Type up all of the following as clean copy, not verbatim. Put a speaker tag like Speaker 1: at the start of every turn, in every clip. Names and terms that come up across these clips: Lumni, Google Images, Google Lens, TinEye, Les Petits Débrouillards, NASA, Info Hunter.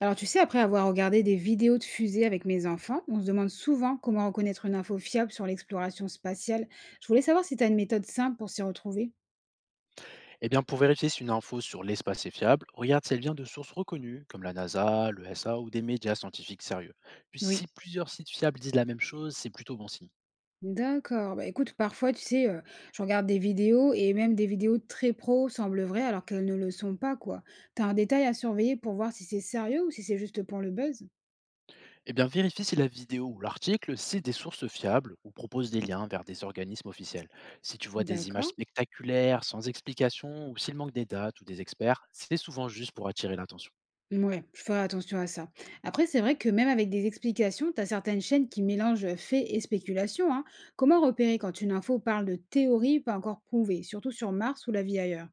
Speaker 1: Alors tu sais, après avoir regardé des vidéos de fusées avec mes enfants, on se demande souvent comment reconnaître une info fiable sur l'exploration spatiale. Je voulais savoir si tu as une méthode simple pour s'y retrouver.
Speaker 2: Eh bien, pour vérifier si une info sur l'espace est fiable, regarde si elle vient de sources reconnues, comme la NASA, le SA ou des médias scientifiques sérieux. Puis si
Speaker 1: Oui,
Speaker 2: plusieurs sites fiables disent la même chose, c'est plutôt bon signe.
Speaker 1: d'accord. Bah écoute, parfois, tu sais, je regarde des vidéos et même des vidéos très pro semblent vraies alors qu'elles ne le sont pas, quoi. T'as un détail à surveiller pour voir si c'est sérieux ou si c'est juste pour le buzz?
Speaker 2: Eh bien, vérifie si la vidéo ou l'article cite des sources fiables ou propose des liens vers des organismes officiels. Si tu vois des images
Speaker 1: D'accord.
Speaker 2: spectaculaires, sans explication, ou s'il manque des dates ou des experts, c'est souvent juste pour attirer l'attention.
Speaker 1: Ouais, je ferai attention à ça. Après, c'est vrai que même avec des explications, tu as certaines chaînes qui mélangent faits et spéculations, hein. Comment repérer quand une info parle de théorie pas encore prouvée, surtout sur Mars ou la vie ailleurs?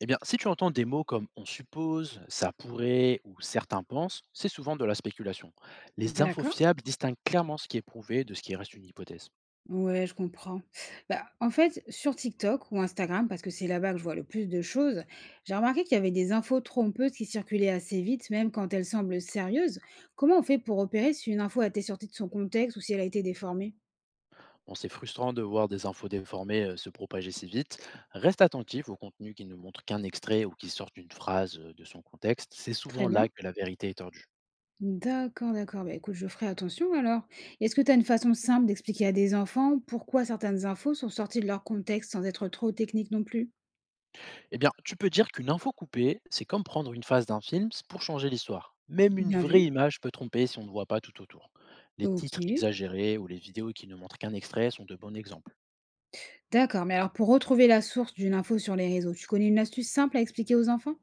Speaker 2: Eh bien, si tu entends des mots comme on suppose, ça pourrait ou certains pensent, c'est souvent de la spéculation. Les infos
Speaker 1: D'accord.
Speaker 2: fiables distinguent clairement ce qui est prouvé de ce qui reste une hypothèse.
Speaker 1: Ouais, je comprends. Bah, en fait, sur TikTok ou Instagram, parce que c'est là-bas que je vois le plus de choses, j'ai remarqué qu'il y avait des infos trompeuses qui circulaient assez vite, même quand elles semblent sérieuses. Comment on fait pour repérer si une info a été sortie de son contexte ou si elle a été déformée?
Speaker 2: Bon, c'est frustrant de voir des infos déformées se propager si vite. Reste attentif au contenu qui ne montre qu'un extrait ou qui sort d'une phrase de son contexte. C'est
Speaker 1: Très
Speaker 2: souvent là
Speaker 1: bien.
Speaker 2: que la vérité est tordue.
Speaker 1: D'accord, d'accord. Bah, écoute, je ferai attention alors. Est-ce que tu as une façon simple d'expliquer à des enfants pourquoi certaines infos sont sorties de leur contexte sans être trop technique non plus?
Speaker 2: Eh bien, tu peux dire qu'une info coupée, c'est comme prendre une phase d'un film pour changer l'histoire. Même une
Speaker 1: Bien
Speaker 2: vraie
Speaker 1: vu.
Speaker 2: image peut tromper si on ne voit pas tout autour. Les
Speaker 1: Ok.
Speaker 2: titres exagérés ou les vidéos qui ne montrent qu'un extrait sont de bons exemples.
Speaker 1: D'accord, mais alors pour retrouver la source d'une info sur les réseaux, tu connais une astuce simple à expliquer aux enfants?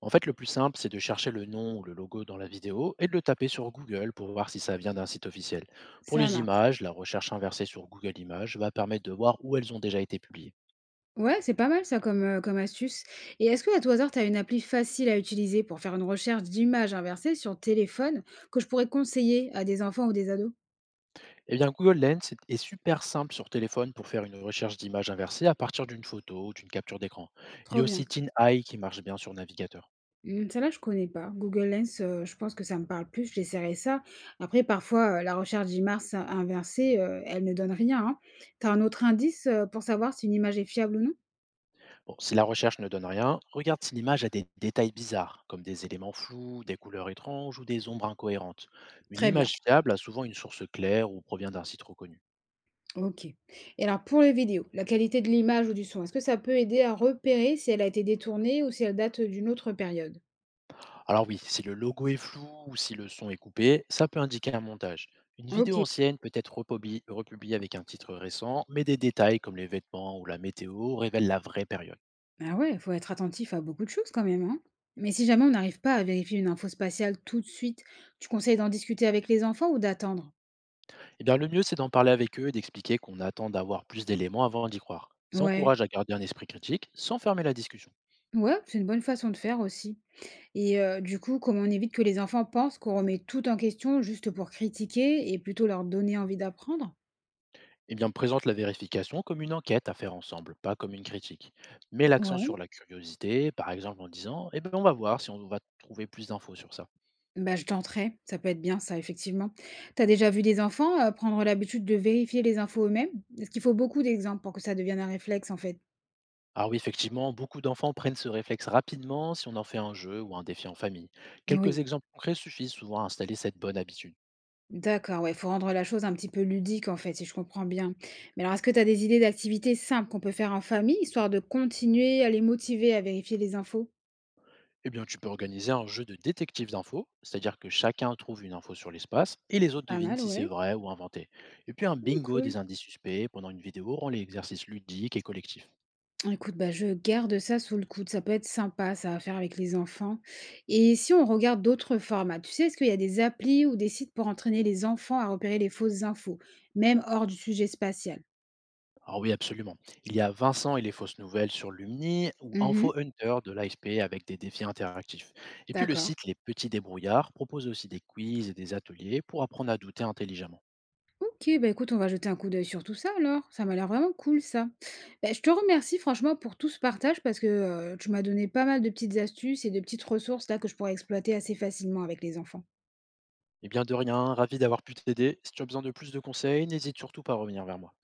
Speaker 2: En fait, le plus simple, c'est de chercher le nom ou le logo dans la vidéo et de le taper sur Google pour voir si ça vient d'un site officiel. Pour
Speaker 1: Ça
Speaker 2: les
Speaker 1: marche.
Speaker 2: images, la recherche inversée sur Google Images va permettre de voir où elles ont déjà été publiées.
Speaker 1: Ouais, c'est pas mal ça comme, comme astuce. Et est-ce que à tout hasard, tu as une appli facile à utiliser pour faire une recherche d'images inversées sur téléphone que je pourrais conseiller à des enfants ou des ados?
Speaker 2: Eh bien, Google Lens est super simple sur téléphone pour faire une recherche d'image inversée à partir d'une photo ou d'une capture d'écran. Il y a
Speaker 1: Trop bien.
Speaker 2: aussi TinEye qui marche bien sur navigateur.
Speaker 1: Mmh, celle-là, je connais pas. Google Lens, je pense que ça me parle plus, j'essaierai ça. Après parfois, la recherche d'images in inversée, elle ne donne rien, hein. Tu un autre indice, pour savoir si une image est fiable ou non?
Speaker 2: Bon, si la recherche ne donne rien, regarde si l'image a des détails bizarres, comme des éléments flous, des couleurs étranges ou des ombres incohérentes. Une
Speaker 1: Très
Speaker 2: image
Speaker 1: bien.
Speaker 2: fiable a souvent une source claire ou provient d'un site reconnu.
Speaker 1: OK. Et alors pour les vidéos, la qualité de l'image ou du son, est-ce que ça peut aider à repérer si elle a été détournée ou si elle date, d'une autre période?
Speaker 2: Alors oui, si le logo est flou ou si le son est coupé, ça peut indiquer un montage. Une vidéo
Speaker 1: OK.
Speaker 2: ancienne peut être republiée avec un titre récent, mais des détails comme les vêtements ou la météo révèlent la vraie période.
Speaker 1: Ah ouais, il faut être attentif à beaucoup de choses quand même, hein? Mais si jamais on n'arrive pas à vérifier une info spatiale tout de suite, tu conseilles d'en discuter avec les enfants ou d'attendre?
Speaker 2: Eh bien, le mieux, c'est d'en parler avec eux et d'expliquer qu'on attend d'avoir plus d'éléments avant d'y croire. Ça
Speaker 1: Ouais.
Speaker 2: encourage à garder un esprit critique sans fermer la discussion.
Speaker 1: Ouais, c'est une bonne façon de faire aussi. Et du coup, comment on évite que les enfants pensent qu'on remet tout en question juste pour critiquer et plutôt leur donner envie d'apprendre?
Speaker 2: Eh bien, présente la vérification comme une enquête à faire ensemble, pas comme une critique. Mets l'accent sur
Speaker 1: Ouais,
Speaker 2: la curiosité, par exemple en disant: eh bien, on va voir si on va trouver plus d'infos sur ça.
Speaker 1: bah, je tenterai, ça peut être bien ça, effectivement. T'as déjà vu des enfants, prendre l'habitude de vérifier les infos eux-mêmes? Est-ce qu'il faut beaucoup d'exemples pour que ça devienne un réflexe, en fait?
Speaker 2: Alors, oui, effectivement, beaucoup d'enfants prennent ce réflexe rapidement si on en fait un jeu ou un défi en famille. Quelques
Speaker 1: Oui,
Speaker 2: exemples concrets suffisent souvent à installer cette bonne habitude.
Speaker 1: d'accord, ouais, faut rendre la chose un petit peu ludique, en fait, si je comprends bien. Mais alors, est-ce que tu as des idées d'activités simples qu'on peut faire en famille, histoire de continuer à les motiver à vérifier les infos?
Speaker 2: Eh bien, tu peux organiser un jeu de détective d'infos, c'est-à-dire que chacun trouve une info sur l'espace et les autres
Speaker 1: Pas
Speaker 2: devinent
Speaker 1: mal,
Speaker 2: si c'est
Speaker 1: ouais.
Speaker 2: vrai ou inventé. Et puis un
Speaker 1: Mmh,
Speaker 2: bingo
Speaker 1: cool.
Speaker 2: des indices suspects pendant une vidéo rend l'exercice ludique et collectif.
Speaker 1: Écoute, bah, je garde ça sous le coude. Ça peut être sympa, ça, à faire avec les enfants. Et si on regarde d'autres formats, tu sais, est-ce qu'il y a des applis ou des sites pour entraîner les enfants à repérer les fausses infos, même hors du sujet spatial?
Speaker 2: Alors oui, absolument. Il y a Vincent et les fausses nouvelles sur Lumni ou
Speaker 1: Mhm,
Speaker 2: Info Hunter de l'AFP avec des défis interactifs. Et puis le
Speaker 1: d'accord.
Speaker 2: site Les Petits Débrouillards propose aussi des quiz et des ateliers pour apprendre à douter intelligemment.
Speaker 1: Ok, bah écoute, on va jeter un coup d'œil sur tout ça alors. Ça m'a l'air vraiment cool, ça. Bah, je te remercie franchement pour tout ce partage parce que tu m'as donné pas mal de petites astuces et de petites ressources là que je pourrais exploiter assez facilement avec les enfants.
Speaker 2: Eh bien de rien, ravi d'avoir pu t'aider. Si tu as besoin de plus de conseils, n'hésite surtout pas à revenir vers moi.